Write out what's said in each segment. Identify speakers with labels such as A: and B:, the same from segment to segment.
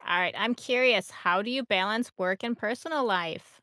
A: All right, I'm curious, how do you balance work and personal life?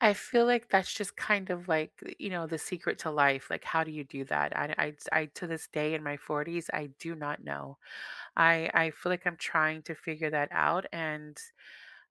B: I feel like that's just kind of like, you know, the secret to life. Like, how do you do that? I to this day in my 40s, I do not know. I feel like I'm trying to figure that out. And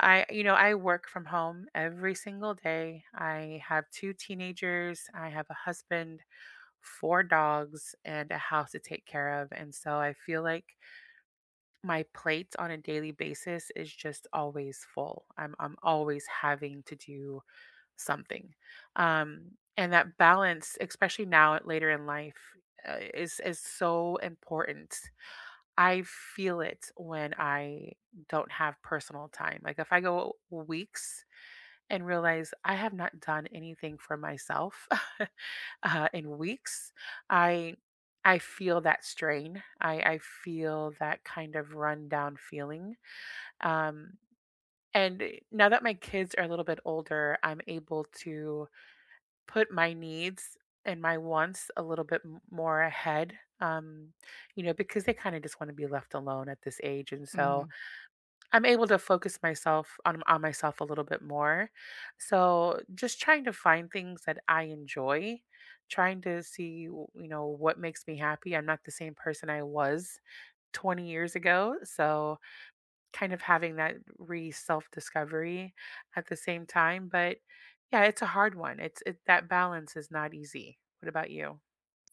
B: I, you know, I work from home every single day. I have two teenagers, I have a husband, four dogs, and a house to take care of. And so I feel like my plate on a daily basis is just always full. I'm always having to do something. And that balance, especially now later in life, is so important. I feel it when I don't have personal time. Like if I go weeks and realize I have not done anything for myself in weeks, I I feel that strain. I feel that kind of rundown feeling. Um, and now that my kids are a little bit older, I'm able to put my needs and my wants a little bit more ahead, you know, because they kind of just want to be left alone at this age, and so
A: Mhm.
B: I'm able to focus myself on myself a little bit more. So just trying to find things that I enjoy, trying to see you know, what makes me happy. I'm not the same person I was 20 years ago, so kind of having that re self discovery at the same time. But yeah, it's a hard one. That balance is not easy. What about you?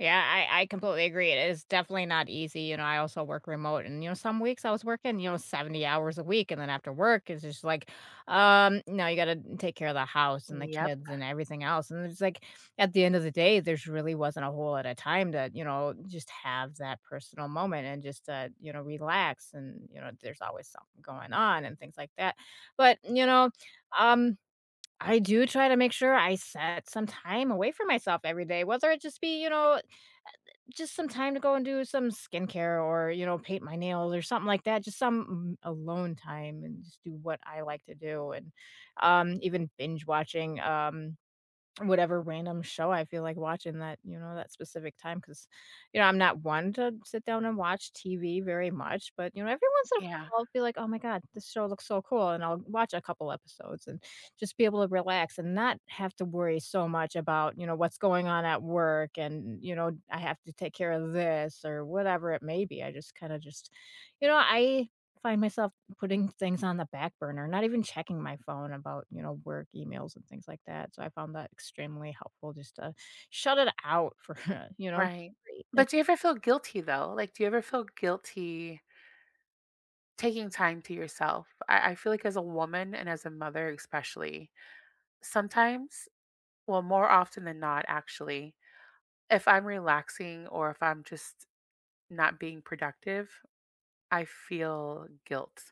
A: Yeah, I completely agree. It is definitely not easy. You know, I also work remote and, you know, some weeks I was working, you know, 70 hours a week. And then after work, it's just like, no, you got to take care of the house and the
B: Yep.
A: kids and everything else. And it's like at the end of the day, there's really wasn't a whole lot of time to, you know, just have that personal moment and just, you know, relax. And, you know, there's always something going on and things like that. But, you know, um, I do try to make sure I set some time away for myself every day, whether it just be, you know, just some time to go and do some skincare or, you know, paint my nails or something like that, just some alone time and just do what I like to do and even binge watching whatever random show I feel like watching that, you know, that specific time, because you know, I'm not one to sit down and watch TV very much, but, you know, every once in a while,
B: Yeah.
A: I'll be like, "Oh my god, this show looks so cool," and I'll watch a couple episodes and just be able to relax and not have to worry so much about, you know, what's going on at work and, you know, I have to take care of this or whatever it may be. I just kinda just you know, I find myself putting things on the back burner, not even checking my phone about, you know, work emails and things like that. So I found that extremely helpful just to shut it out for, you know,
B: Right. But do you ever feel guilty though? Like, do you ever feel guilty taking time to yourself? I feel like as a woman and as a mother, especially, sometimes, well, more often than not, actually, if I'm relaxing or if I'm just not being productive, I feel guilt.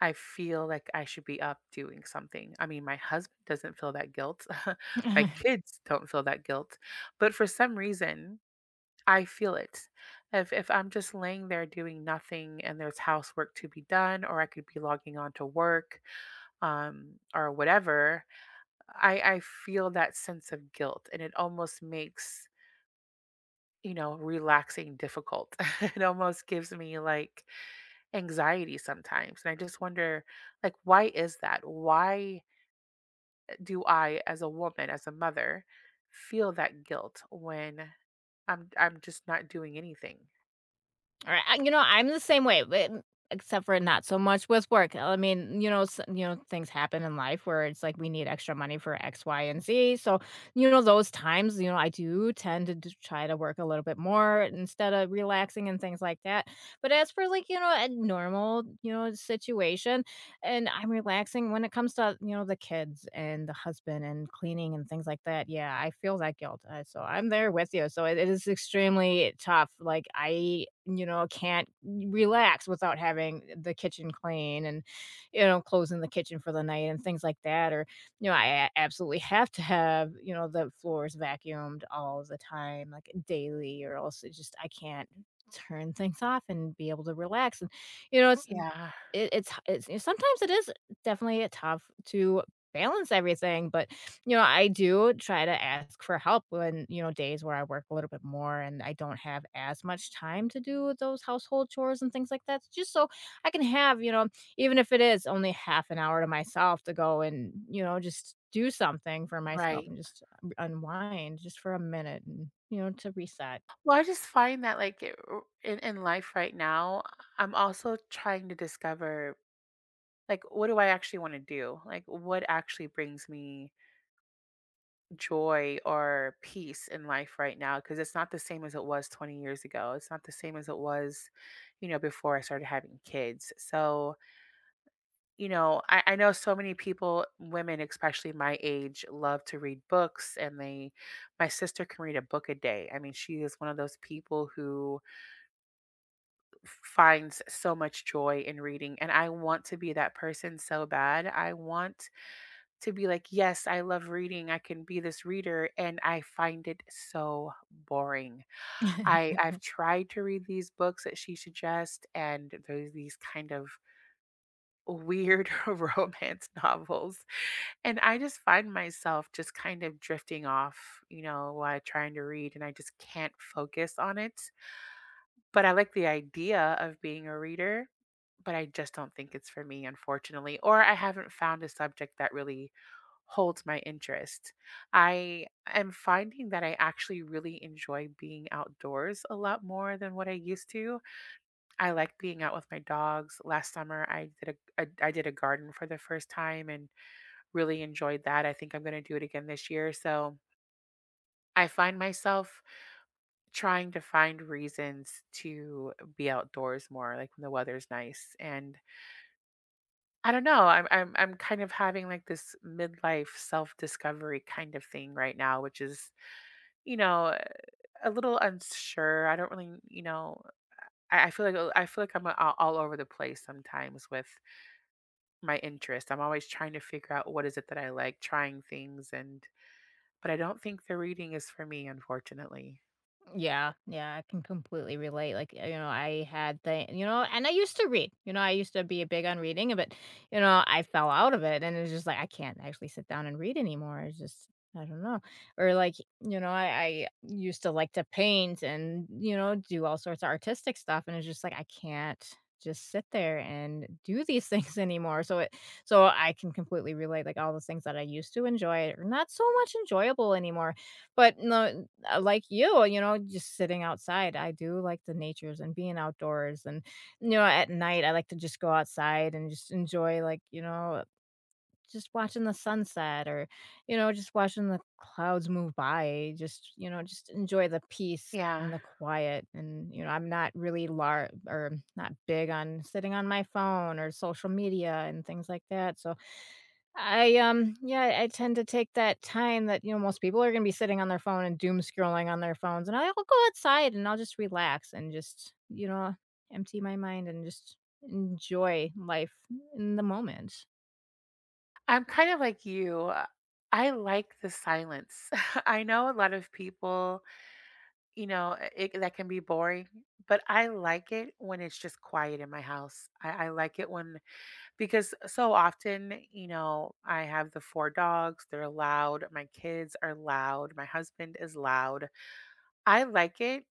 B: I feel like I should be up doing something. I mean, my husband doesn't feel that guilt. My kids don't feel that guilt. But for some reason, I feel it. If I'm just laying there doing nothing and there's housework to be done, or I could be logging on to work, or whatever, I feel that sense of guilt, and it almost makes, you know, relaxing difficult. It almost gives me like anxiety sometimes, and I just wonder, like, why is that? Why do I, as a woman, as a mother, feel that guilt when I'm just not doing anything?
A: All right, you know, I'm the same way, but except for not so much with work. I mean, you know, s you know, things happen in life where it's like we need extra money for X, Y, and Z. So, you know, those times, you know, I do tend to try to work a little bit more instead of relaxing and things like that. But as for like, you know, a normal, you know, situation, and I'm relaxing. When it comes to, you know, the kids and the husband and cleaning and things like that, yeah, I feel that guilt. So I'm there with you. So it is extremely tough. Like I, you know, can't relax without having the kitchen clean and, you know, closing the kitchen for the night and things like that. Or, you know, absolutely have to have, you know, the floors vacuumed all the time, like daily, or else it just I can't turn things off and be able to relax. And you know, it's
B: Yeah,
A: it it's h it's you know, sometimes it is definitely tough to balance everything, but, you know, I do try to ask for help when, you know, days where I work a little bit more and I don't have as much time to do those household chores and things like that, just so I can have, you know, even if it is only half an hour to myself to go and, you know, just do something for myself
B: right.
A: and just unwind just for a minute and, you know, to reset.
B: Well, I just find that in life right now, I'm also trying to discover like, what do I actually want to do? Like, what actually brings me joy or peace in life right now, because it's not the same as it was 20 years ago. It's not the same as it was, you know, before I started having kids. So, you know, I know so many people, women especially my age, love to read books, and they, my sister can read a book a day. I mean, she is one of those people who finds so much joy in reading. And I want to be that person so bad. I want to be like, yes, I love reading. I can be this reader. And I find it so boring. I've tried to read these books that she suggests, and there's these kind of weird romance novels. And I just find myself just kind of drifting off, you know, while trying to read, and I just can't focus on it. But I like the idea of being a reader, but I just don't think it's for me, unfortunately, or I haven't found a subject that really holds my interest. I am finding that I actually really enjoy being outdoors a lot more than what I used to. I like being out with my dogs. Last summer, I did a I did a garden for the first time, and really enjoyed that. I think I'm going to do it again this year. So I find myself trying to find reasons to be outdoors more, like when the weather's nice. And I don't know, I'm kind of having like this midlife self-discovery kind of thing right now, which is, you know, eh, a little unsure. I don't really, you know, I feel like, oh, I feel like I'm all over the place sometimes with my interest. I'm always trying to figure out what is it that I like, trying things and but I don't think the reading is for me, unfortunately.
A: Yeah, yeah, I can completely relate. Like, you know, I had the, you know, and I used to read. You know, I used to be a big on reading, but you know, I fell out of it, and it's just like I can't actually sit down and read anymore. It's just I don't know, or like you know, I used to like to paint and you know do all sorts of artistic stuff, and it's just like I can't just sit there and do these things anymore. So it, so I can completely relate. Like all the things that I used to enjoy are not so much enjoyable anymore but no like you know, just sitting outside. I do like the natures and being outdoors and you know, at night I like to just go outside and just enjoy like, you know, just watching the sunset or you know, just watching the clouds move by, just you know, just enjoy the peace
B: Yeah.
A: and the quiet and you know, I'm not really lar or not big on sitting on my phone or social media and things like that. So I yeah, I tend to take that time that, you know, most people are gonna be sitting on their phone and doom scrolling on their phones, and I'll go outside and I'll just relax and just, you know, empty my mind and just enjoy life in the moment.
B: I'm kind of like you. I like the silence. I know a lot of people, you know, that can be boring, but I like it when it's just quiet in my house. I like it when, because so often, you know, I have the four dogs, they're loud. My kids are loud. My husband is loud. I like it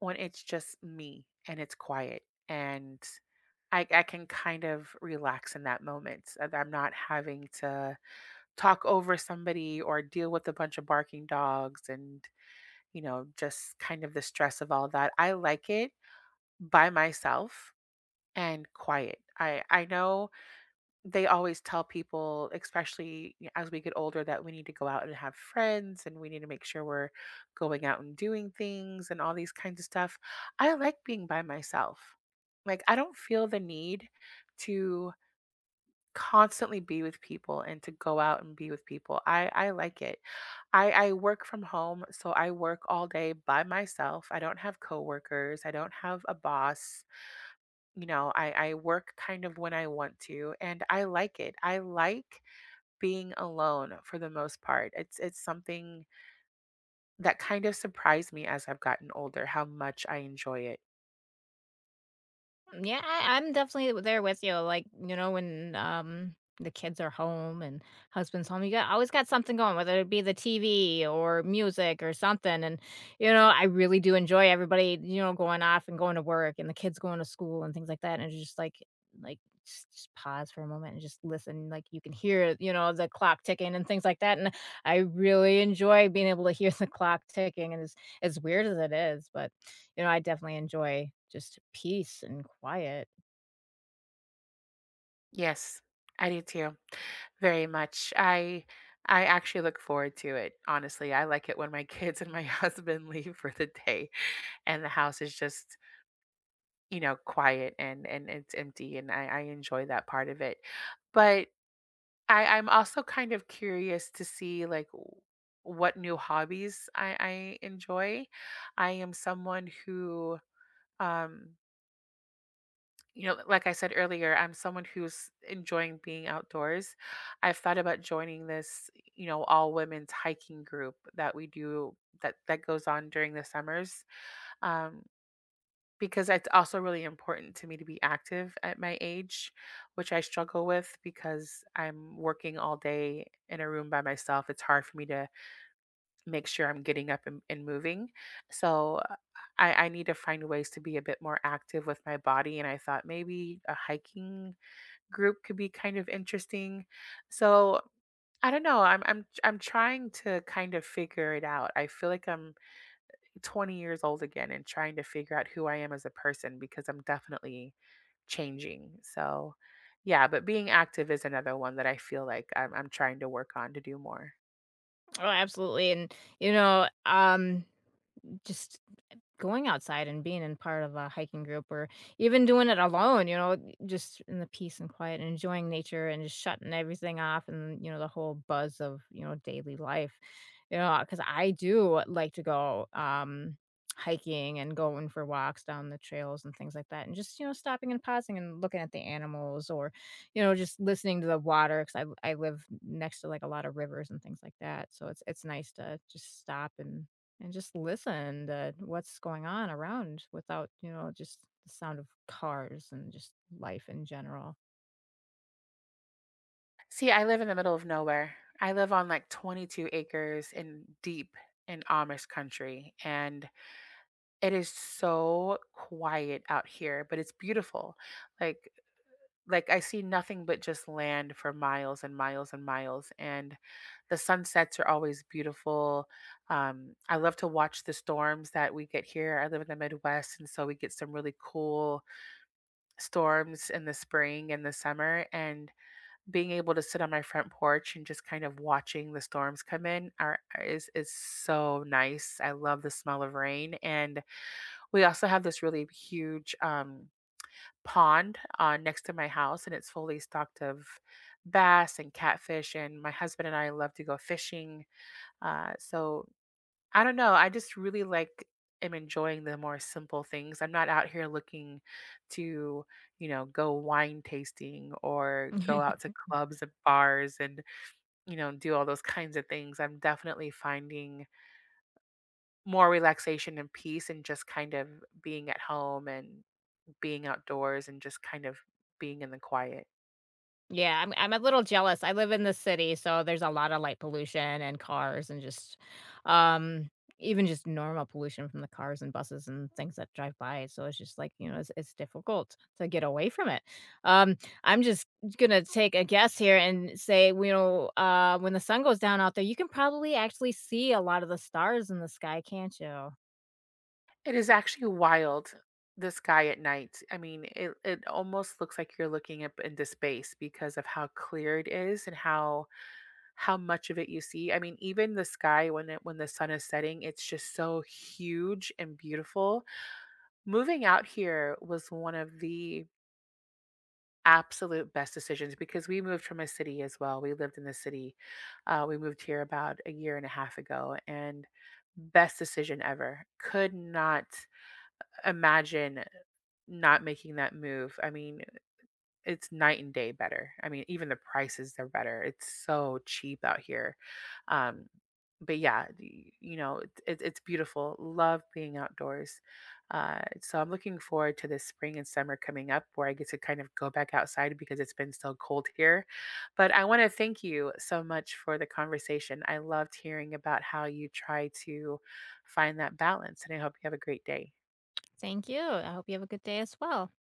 B: when it's just me and it's quiet, and I can kind of relax in that moment. And I'm not having to talk over somebody or deal with a bunch of barking dogs and, you know, just kind of the stress of all that. I like it by myself and quiet. I know they always tell people, especially as we get older, that we need to go out and have friends, and we need to make sure we're going out and doing things and all these kinds of stuff. I like being by myself. Like, I don't feel the need to constantly be with people and to go out and be with people. I like it. I work from home, so I work all day by myself. I don't have coworkers, I don't have a boss. You know, I work kind of when I want to, and I like it. I like being alone for the most part. It's something that kind of surprised me as I've gotten older how much I enjoy it.
A: Yeah, I'm definitely there with you. Like, you know, when the kids are home and husband's home, you got always got something going, whether it be the TV or music or something. And, you know, I really do enjoy everybody, you know, going off and going to work and the kids going to school and things like that. And it's just like just pause for a moment and just listen. Like you can hear, you know, the clock ticking and things like that. And I really enjoy being able to hear the clock ticking and as weird as it is, but you know, I definitely enjoy just peace and quiet.
B: Yes, I do too. Very much. I actually look forward to it. Honestly, I like it when my kids and my husband leave for the day, and the house is just, you know, quiet and it's empty, and I enjoy that part of it. But I'm also kind of curious to see, like, w what new hobbies I enjoy. I am someone who, um, you know, like I said earlier, I'm someone who's enjoying being outdoors. I've thought about joining this, you know, all women's hiking group that we do that goes on during the summers. Um because it's also really important to me to be active at my age, which I struggle with because I'm working all day in a room by myself. It's hard for me to make sure I'm getting up and, moving. So I need to find ways to be a bit more active with my body. And I thought maybe a hiking group could be kind of interesting. So I don't know. I'm trying to kind of figure it out. I feel like I'm 20 years old again and trying to figure out who I am as a person, because I'm definitely changing. So, yeah, but being active is another one that I feel like I'm trying to work on to do more.
A: Oh, absolutely, and, you know, just going outside and being in part of a hiking group or even doing it alone, you know, just in the peace and quiet and enjoying nature and just shutting everything off and, you know, the whole buzz of, you know, daily life. You know, because I do like to go hiking and going for walks down the trails and things like that and just you know stopping and pausing and looking at the animals or you know just listening to the water because I live next to like a lot of rivers and things like that so it's nice to just stop and just listen to what's going on around without, you know, just the sound of cars and just life in general.
B: See, I live in the middle of nowhere. I live on like 22 acres in deep in Amish country, and it is so quiet out here, but it's beautiful. Like, like I see nothing but just land for miles and miles and miles. And the sunsets are always beautiful. I love to watch the storms that we get here. I live in the Midwest, and so we get some really cool storms in the spring and the summer. And being able to sit on my front porch and just kind of watching the storms come in are is so nice. I love the smell of rain, and we also have this really huge, pond next to my house, and it's fully stocked of bass and catfish. And my husband and I love to go fishing. So I don't know. I just really am enjoying the more simple things. I'm not out here looking to, you know, go wine tasting or go out to clubs and bars and, you know, do all those kinds of things. I'm definitely finding more relaxation and peace, and just kind of being at home and being outdoors and just kind of being in the quiet.
A: Yeah, I'm a little jealous. I live in the city, so there's a lot of light pollution and cars and just, um, even just normal pollution from the cars and buses and things that drive by. So it's just like, you know, it's difficult to get away from it. Um, I'm just gonna take a guess here and say, you know, when the sun goes down out there, you can probably actually see a lot of the stars in the sky, can't you?
B: It is actually wild, the sky at night. I mean, it almost looks like you're looking up into space because of how clear it is and how much of it you see. I mean, even the sky when it when the sun is setting, it's just so huge and beautiful. Moving out here was one of the absolute best decisions, because we moved from a city as well. We lived in the city. We moved here about a year and a half ago, and best decision ever. Could not imagine not making that move. I mean, it's night and day better. I mean, even the prices are better. It's so cheap out here. Um, but yeah, you know, it's beautiful. Love being outdoors. So I'm looking forward to this spring and summer coming up, where I get to kind of go back outside, because it's been so cold here. But I want to thank you so much for the conversation. I loved hearing about how you try to find that balance, and I hope you have a great day.
A: Thank you. I hope you have a good day as well.